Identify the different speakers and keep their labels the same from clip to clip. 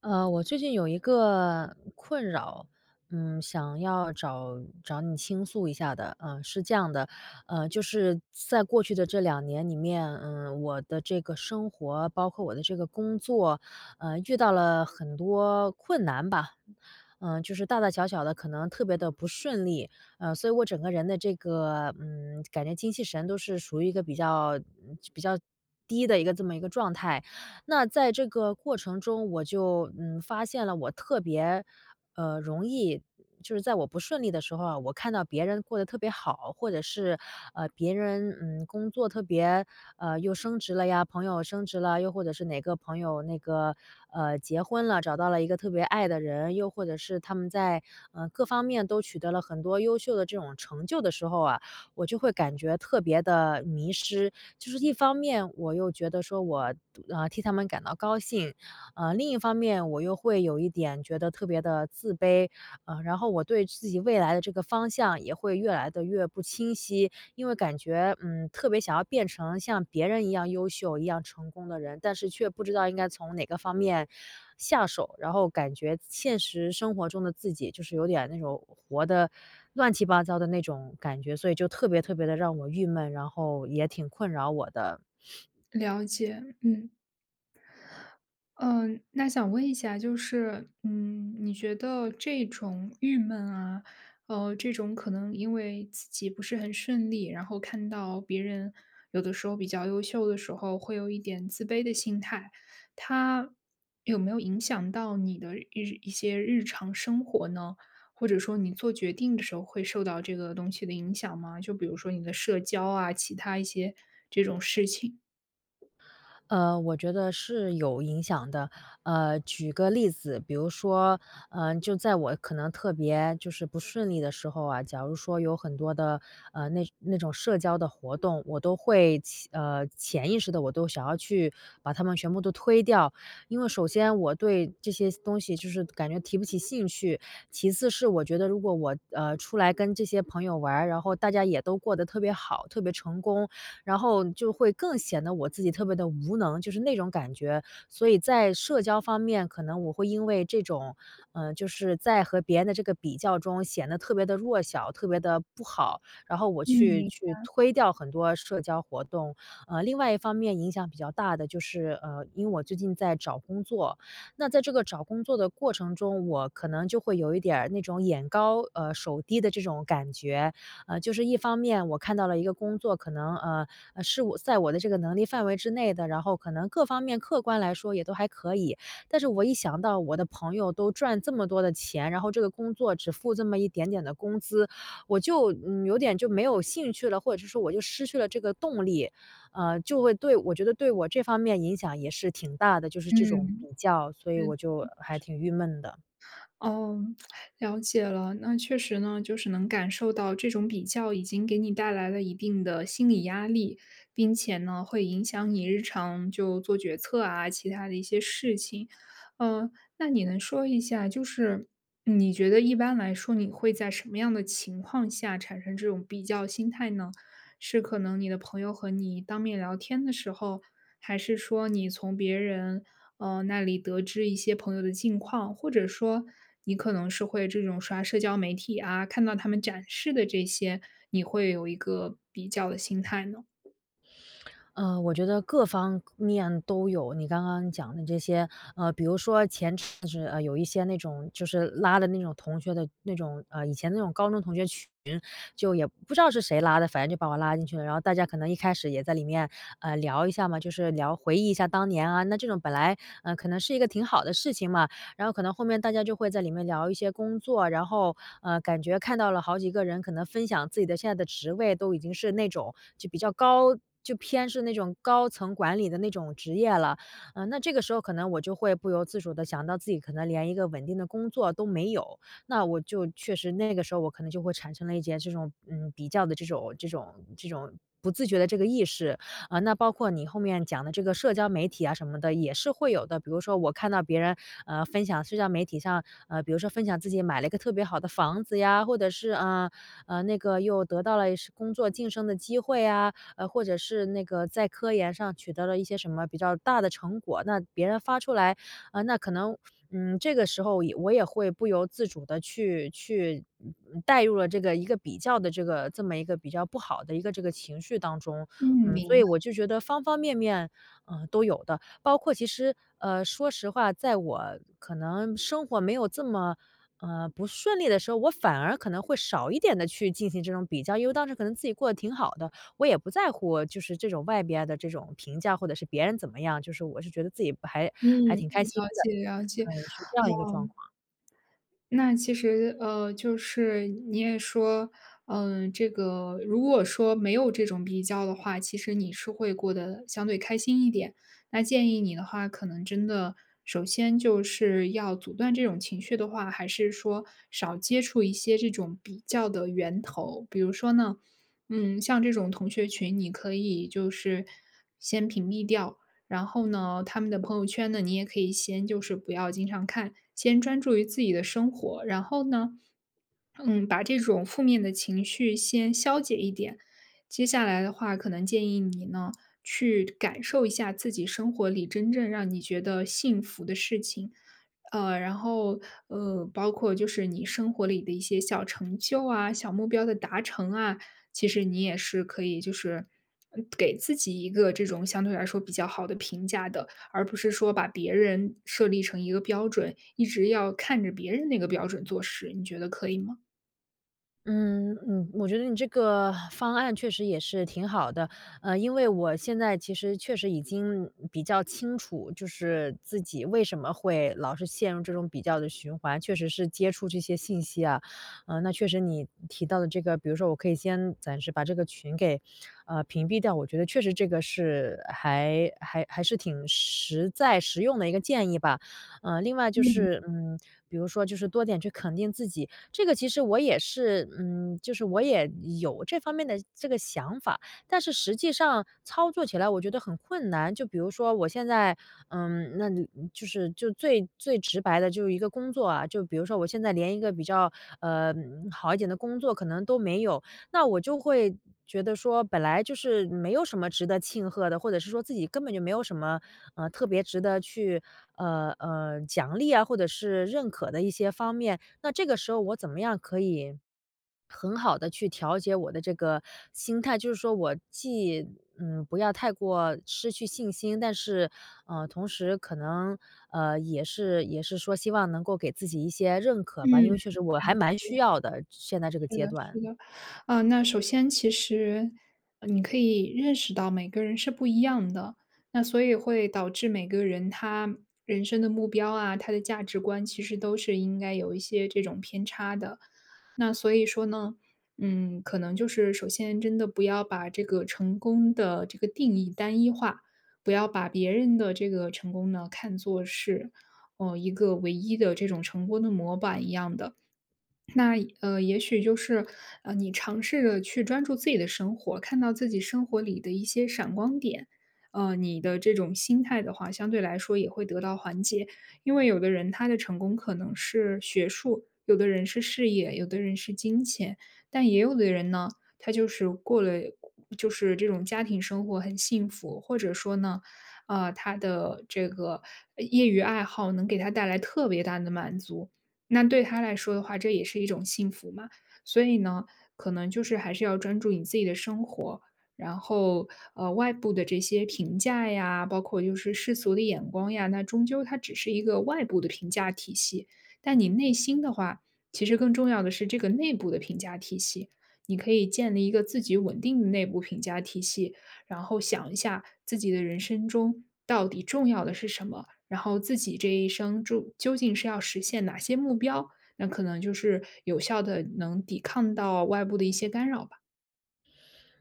Speaker 1: 我最近有一个困扰，想要找找你倾诉一下的。嗯，是这样的。就是在过去的这两年里面，我的这个生活，包括我的这个工作，遇到了很多困难吧。就是大大小小的，可能特别的不顺利。所以我整个人的这个，感觉精气神都是属于一个比较比较低的一个这么一个状态。那在这个过程中，我就，发现了我特别，容易就是在我不顺利的时候啊，我看到别人过得特别好，或者是，别人，工作特别又升职了呀，朋友升职了，又或者是哪个朋友那个，结婚了，找到了一个特别爱的人，又或者是他们在，各方面都取得了很多优秀的这种成就的时候啊，我就会感觉特别的迷失。就是一方面我又觉得说我，替他们感到高兴。另一方面我又会有一点觉得特别的自卑。然后我对自己未来的这个方向也会越来的越不清晰，因为感觉特别想要变成像别人一样优秀、一样成功的人，但是却不知道应该从哪个方面下手，然后感觉现实生活中的自己就是有点那种活的乱七八糟的那种感觉，所以就特别特别的让我郁闷，然后也挺困扰我的。
Speaker 2: 了解，嗯嗯，那想问一下，就是，你觉得这种郁闷啊，这种可能因为自己不是很顺利，然后看到别人有的时候比较优秀的时候，会有一点自卑的心态，它有没有影响到你的一些日常生活呢？或者说你做决定的时候会受到这个东西的影响吗？就比如说你的社交啊，其他一些这种事情。
Speaker 1: 我觉得是有影响的。举个例子，比如说，就在我可能特别就是不顺利的时候啊，假如说有很多的那种社交的活动，我都会起潜意识的我都想要去把它们全部都推掉。因为首先我对这些东西就是感觉提不起兴趣，其次是我觉得如果我出来跟这些朋友玩儿然后大家也都过得特别好，特别成功。然后就会更显得我自己特别的无能，就是那种感觉。所以在社交方面，可能我会因为这种，就是在和别人的这个比较中显得特别的弱小，特别的不好，然后我
Speaker 2: 嗯，
Speaker 1: 去
Speaker 2: 明
Speaker 1: 去推掉很多社交活动。另外一方面影响比较大的就是，因为我最近在找工作。那在这个找工作的过程中，我可能就会有一点儿那种眼高，手低的这种感觉。就是一方面我看到了一个工作，可能，是我在我的这个能力范围之内的，然后可能各方面客观来说也都还可以。但是我一想到我的朋友都赚这么多的钱，然后这个工作只付这么一点点的工资，我就，有点就没有兴趣了，或者是说我就失去了这个动力。就会对我觉得对我这方面影响也是挺大的，就是这种
Speaker 2: 嗯。
Speaker 1: 比较，所以
Speaker 2: 嗯，
Speaker 1: 我就还挺郁闷的。
Speaker 2: 哦，了解了。那确实呢，就是能感受到这种比较已经给你带来了一定的心理压力，并且呢，会影响你日常就做决策啊，其他的一些事情。呃，那你能说一下，就是你觉得一般来说，你会在什么样的情况下产生这种比较心态呢？是可能你的朋友和你当面聊天的时候，还是说你从别人那里得知一些朋友的近况，或者说你可能是会这种刷社交媒体啊，看到他们展示的这些，你会有一个比较的心态呢？
Speaker 1: 我觉得各方面都有。你刚刚讲的这些，比如说前就是呃，有一些那种就是拉的那种同学的那种，以前那种高中同学群，就也不知道是谁拉的，反正就把我拉进去了。然后大家可能一开始也在里面，聊一下嘛，就是聊回忆一下当年啊。那这种本来，可能是一个挺好的事情嘛。然后可能后面大家就会在里面聊一些工作，然后感觉看到了好几个人可能分享自己的现在的职位，都已经是那种就比较高就偏是那种高层管理的那种职业了。那这个时候可能我就会不由自主的想到自己可能连一个稳定的工作都没有，那我就确实那个时候我可能就会产生了一些这种，比较的这种不自觉的这个意识。啊，那包括你后面讲的这个社交媒体啊什么的也是会有的。比如说我看到别人，分享社交媒体上，比如说分享自己买了一个特别好的房子呀，或者是，啊，那个又得到了是工作晋升的机会啊，或者是那个在科研上取得了一些什么比较大的成果，那别人发出来，啊，那可能，这个时候也我也会不由自主的去，带入了这个一个比较的这个这么一个比较不好的一个这个情绪当中。
Speaker 2: 嗯，明
Speaker 1: 所
Speaker 2: 白，
Speaker 1: 以我就觉得方方面面，都有的。包括其实，说实话，在我可能生活没有这么，不顺利的时候，我反而可能会少一点的去进行这种比较，因为当时可能自己过得挺好的，我也不在乎就是这种外边的这种评价，或者是别人怎么样，就是我是觉得自己还
Speaker 2: 嗯，
Speaker 1: 还挺开心
Speaker 2: 了
Speaker 1: 的。
Speaker 2: 解了解。
Speaker 1: 是这样一个状况。
Speaker 2: 那其实，就是你也说，嗯、这个如果说没有这种比较的话，其实你是会过得相对开心一点。那建议你的话，可能真的首先就是要阻断这种情绪的话，还是说少接触一些这种比较的源头。比如说呢，嗯，像这种同学群，你可以就是先屏蔽掉，然后呢，他们的朋友圈呢，你也可以先就是不要经常看，先专注于自己的生活。然后呢，嗯，把这种负面的情绪先消解一点。接下来的话，可能建议你呢，去感受一下自己生活里真正让你觉得幸福的事情。呃，然后包括就是你生活里的一些小成就啊、小目标的达成啊，其实你也是可以就是给自己一个这种相对来说比较好的评价的，而不是说把别人设立成一个标准，一直要看着别人那个标准做事，你觉得可以吗？
Speaker 1: 嗯嗯，我觉得你这个方案确实也是挺好的。因为我现在其实确实已经比较清楚，就是自己为什么会老是陷入这种比较的循环，确实是接触这些信息啊。那确实你提到的这个，比如说我可以先暂时把这个群给，屏蔽掉，我觉得确实这个是还是挺实在实用的一个建议吧。另外就
Speaker 2: 嗯
Speaker 1: 是，比如说就是多点去肯定自己，这个其实我也是，就是我也有这方面的这个想法，但是实际上操作起来我觉得很困难。就比如说我现在，那你就是就最最直白的就是一个工作啊，就比如说我现在连一个比较好一点的工作可能都没有，那我就会。觉得说本来就是没有什么值得庆贺的，或者是说自己根本就没有什么特别值得去奖励啊，或者是认可的一些方面，那这个时候我怎么样可以很好的去调节我的这个心态？就是说我既，不要太过失去信心，但是，同时可能，也是说希望能够给自己一些认可吧，因为
Speaker 2: 嗯，
Speaker 1: 确实我还蛮需要的，现在这个
Speaker 2: 是的，
Speaker 1: 阶段。
Speaker 2: 是的，啊，那首先其实你可以认识到每个人是不一样的，那所以会导致每个人他人生的目标啊，他的价值观其实都是应该有一些这种偏差的。那所以说呢，嗯，可能就是首先真的不要把这个成功的这个定义单一化，不要把别人的这个成功呢看作是一个唯一的这种成功的模板一样的。那也许就是，你尝试着去专注自己的生活，看到自己生活里的一些闪光点，你的这种心态的话，相对来说也会得到缓解。因为有的人他的成功可能是学术，有的人是事业，有的人是金钱，但也有的人呢，他就是过了，就是这种家庭生活很幸福，或者说呢，啊、他的这个业余爱好能给他带来特别大的满足。那对他来说的话，这也是一种幸福嘛。所以呢，可能就是还是要专注你自己的生活，然后外部的这些评价呀，包括就是世俗的眼光呀，那终究它只是一个外部的评价体系。但你内心的话，其实更重要的是这个内部的评价体系。你可以建立一个自己稳定的内部评价体系，然后想一下自己的人生中到底重要的是什么，然后自己这一生究竟是要实现哪些目标，那可能就是有效的能抵抗到外部的一些干扰吧。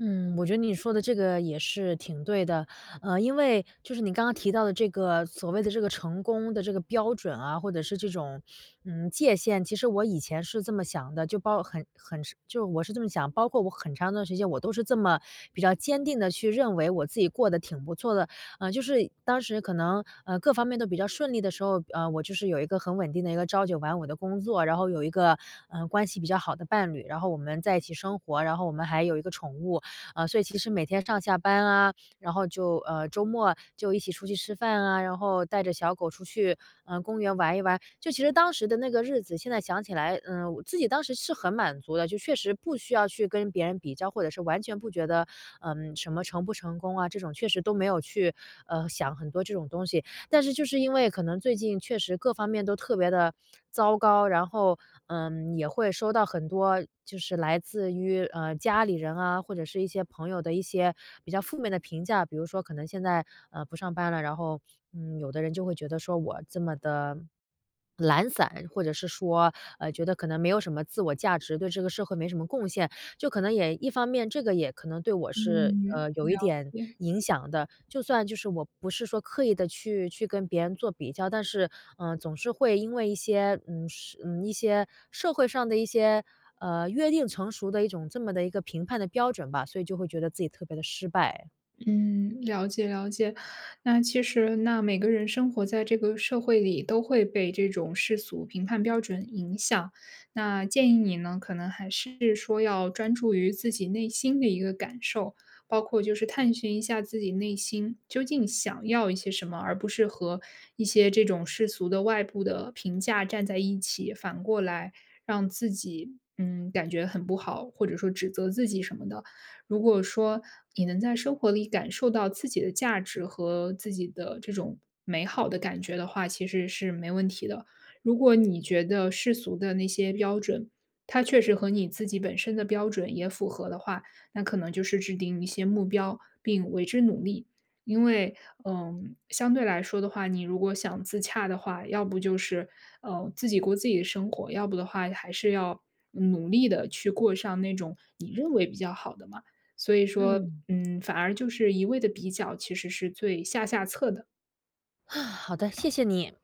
Speaker 1: 嗯，我觉得你说的这个也是挺对的。因为就是你刚刚提到的这个所谓的这个成功的这个标准啊，或者是这种界限，其实我以前是这么想的，就包很很就我是这么想，包括我很长一段时间我都是这么比较坚定的去认为我自己过得挺不错的。就是当时可能各方面都比较顺利的时候，我就是有一个很稳定的一个朝九晚五的工作，然后有一个关系比较好的伴侣，然后我们在一起生活，然后我们还有一个宠物。所以其实每天上下班啊，然后就周末就一起出去吃饭啊，然后带着小狗出去公园玩一玩。就其实当时的那个日子，现在想起来，我自己当时是很满足的，就确实不需要去跟别人比较，或者是完全不觉得什么成不成功啊，这种确实都没有去想很多这种东西。但是就是因为可能最近确实各方面都特别的糟糕，然后，也会收到很多就是来自于，家里人啊，或者是一些朋友的一些比较负面的评价。比如说可能现在，不上班了，然后，有的人就会觉得说我这么的懒散，或者是说，觉得可能没有什么自我价值，对这个社会没什么贡献。就可能也一方面这个也可能对我是，
Speaker 2: 嗯。
Speaker 1: 有一点
Speaker 2: 也
Speaker 1: 影响的。就算就是我不是说刻意的去跟别人做比较，但是，总是会因为一些，一些社会上的一些，约定成熟的一种这么的一个评判的标准吧，所以就会觉得自己特别的失败。
Speaker 2: 嗯，了解了解。那其实，那每个人生活在这个社会里，都会被这种世俗评判标准影响。那建议你呢，可能还是说要专注于自己内心的一个感受，包括就是探寻一下自己内心究竟想要一些什么，而不是和一些这种世俗的外部的评价站在一起，反过来让自己感觉很不好，或者说指责自己什么的。如果说你能在生活里感受到自己的价值和自己的这种美好的感觉的话，其实是没问题的。如果你觉得世俗的那些标准，它确实和你自己本身的标准也符合的话，那可能就是制定一些目标并为之努力。因为，嗯，相对来说的话，你如果想自洽的话，要不就是，自己过自己的生活，要不的话还是要努力的去过上那种你认为比较好的嘛。所以说，
Speaker 1: 嗯，
Speaker 2: 嗯，反而就是一味的比较，其实是最下下策的。
Speaker 1: 好的，谢谢你。